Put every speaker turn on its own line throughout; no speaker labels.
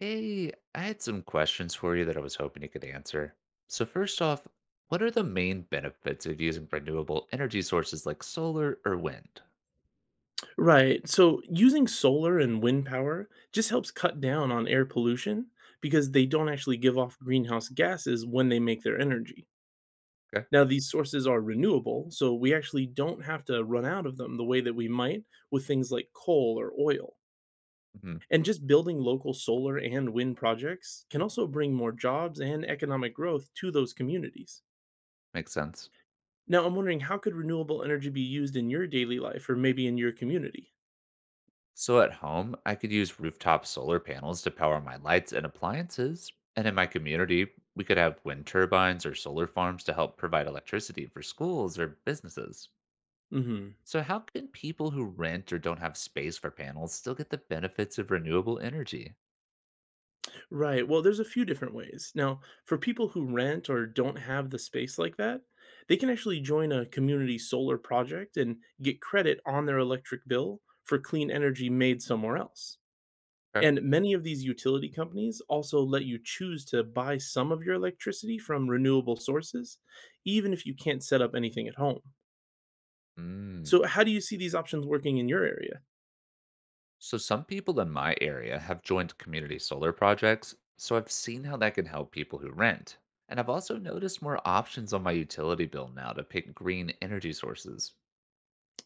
Hey, I had some questions for you that I was hoping you could answer. So, first off, what are the main benefits of using renewable energy sources like solar or wind?
Right. So using solar and wind power just helps cut down on air pollution because they don't actually give off greenhouse gases when they make their energy.
Okay.
Now, these sources are renewable, so we actually don't have to run out of them the way that we might with things like coal or oil.
Hmm.
And just building local solar and wind projects can also bring more jobs and economic growth to those communities.
Makes sense.
Now, I'm wondering, how could renewable energy be used in your daily life or maybe in your community?
So, at home, I could use rooftop solar panels to power my lights and appliances. And in my community, we could have wind turbines or solar farms to help provide electricity for schools or businesses.
Mhm.
So, how can people who rent or don't have space for panels still get the benefits of renewable energy?
Right. Well, there's a few different ways. Now, for people who rent or don't have the space like that, they can actually join a community solar project and get credit on their electric bill for clean energy made somewhere else.
Okay.
And many of these utility companies also let you choose to buy some of your electricity from renewable sources, even if you can't set up anything at home.
Mm.
So how do you see these options working in your area?
So, some people in my area have joined community solar projects, so I've seen how that can help people who rent. And I've also noticed more options on my utility bill now to pick green energy sources.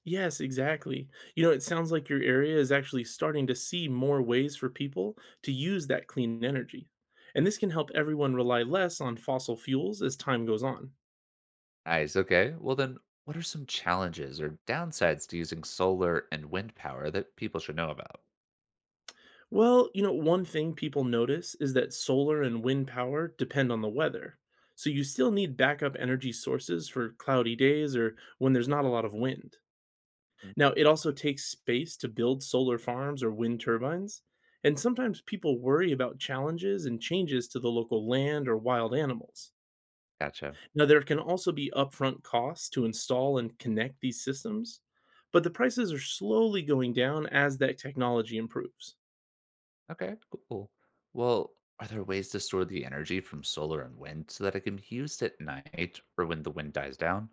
Yes, exactly. You know, it sounds like your area is actually starting to see more ways for people to use that clean energy. And this can help everyone rely less on fossil fuels as time goes on.
Nice, okay. Well, then, what are some challenges or downsides to using solar and wind power that people should know about?
Well, you know, one thing people notice is that solar and wind power depend on the weather. So you still need backup energy sources for cloudy days or when there's not a lot of wind.
Mm.
Now, it also takes space to build solar farms or wind turbines, and sometimes people worry about challenges and changes to the local land or wild animals.
Gotcha.
Now, there can also be upfront costs to install and connect these systems, but the prices are slowly going down as that technology improves.
Okay, cool. Well, are there ways to store the energy from solar and wind so that it can be used at night or when the wind dies down?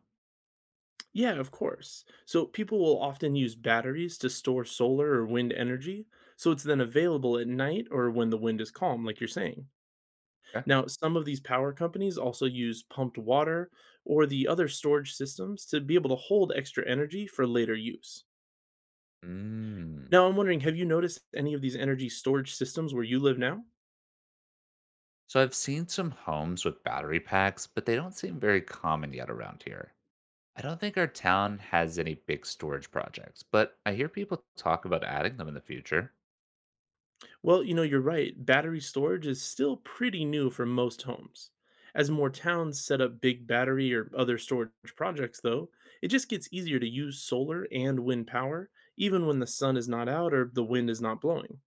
Yeah, of course. So people will often use batteries to store solar or wind energy, so it's then available at night or when the wind is calm, like you're saying.
Okay.
Now, some of these power companies also use pumped water or the other storage systems to be able to hold extra energy for later use.
Mm.
Now, I'm wondering, have you noticed any of these energy storage systems where you live now?
So I've seen some homes with battery packs, but they don't seem very common yet around here. I don't think our town has any big storage projects, but I hear people talk about adding them in the future.
Well, you know, you're right. Battery storage is still pretty new for most homes. As more towns set up big battery or other storage projects, though, it just gets easier to use solar and wind power, even when the sun is not out or the wind is not blowing.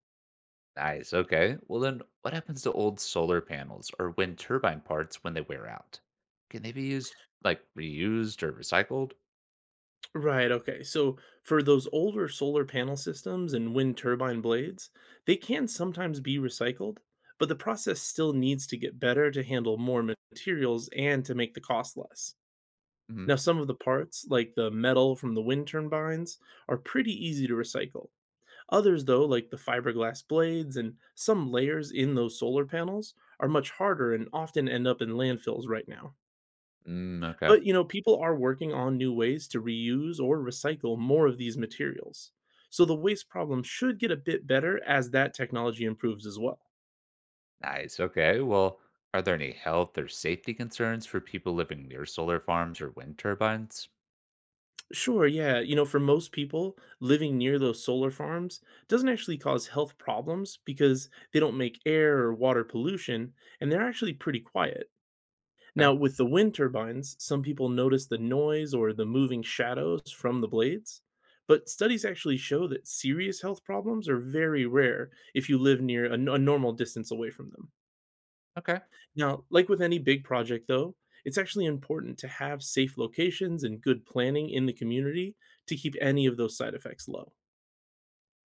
Nice. Okay. Well, then what happens to old solar panels or wind turbine parts when they wear out? Can they be used, like reused or recycled?
Right, okay. So for those older solar panel systems and wind turbine blades, they can sometimes be recycled, but the process still needs to get better to handle more materials and to make the cost less.
Hmm.
Now, some of the parts, like the metal from the wind turbines, are pretty easy to recycle. Others, though, like the fiberglass blades and some layers in those solar panels, are much harder and often end up in landfills right now.
Mm, okay.
But, you know, people are working on new ways to reuse or recycle more of these materials. So the waste problem should get a bit better as that technology improves as well.
Nice. Okay. Well, are there any health or safety concerns for people living near solar farms or wind turbines?
Sure, yeah. You know, for most people, living near those solar farms doesn't actually cause health problems because they don't make air or water pollution, and they're actually pretty quiet.
Okay.
Now, with the wind turbines, some people notice the noise or the moving shadows from the blades, but studies actually show that serious health problems are very rare if you live near a normal distance away from them.
Okay.
Now, like with any big project, though, it's actually important to have safe locations and good planning in the community to keep any of those side effects low.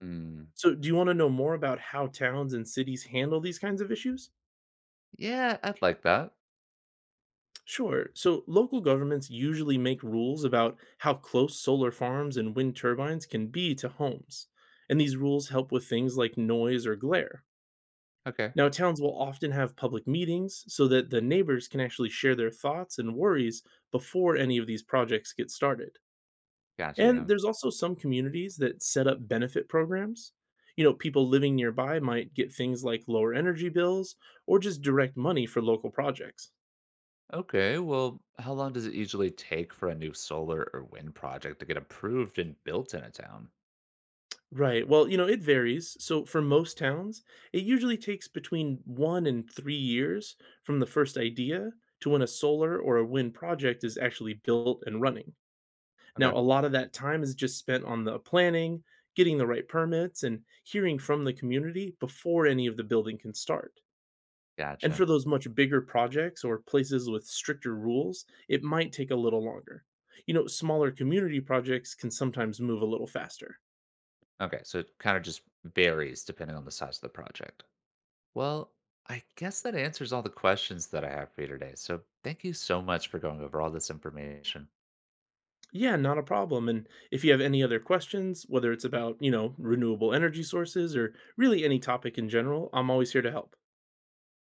Mm.
So, do you want to know more about how towns and cities handle these kinds of issues?
Yeah, I'd like that.
Sure. So local governments usually make rules about how close solar farms and wind turbines can be to homes. And these rules help with things like noise or glare.
Okay.
Now, towns will often have public meetings so that the neighbors can actually share their thoughts and worries before any of these projects get started.
Gotcha,
And
yeah.
there's also some communities that set up benefit programs. You know, people living nearby might get things like lower energy bills or just direct money for local projects.
Okay, well, how long does it usually take for a new solar or wind project to get approved and built in a town?
Right. Well, you know, it varies. So for most towns, it usually takes between 1 to 3 years from the first idea to when a solar or a wind project is actually built and running.
Okay.
Now, a lot of that time is just spent on the planning, getting the right permits, and hearing from the community before any of the building can start. And
Gotcha.
for those much bigger projects or places with stricter rules, it might take a little longer. You know, smaller community projects can sometimes move a little faster.
Okay, so it kind of just varies depending on the size of the project. Well, I guess that answers all the questions that I have for you today. So thank you so much for going over all this information.
Yeah, not a problem. And if you have any other questions, whether it's about, you know, renewable energy sources or really any topic in general, I'm always here to help.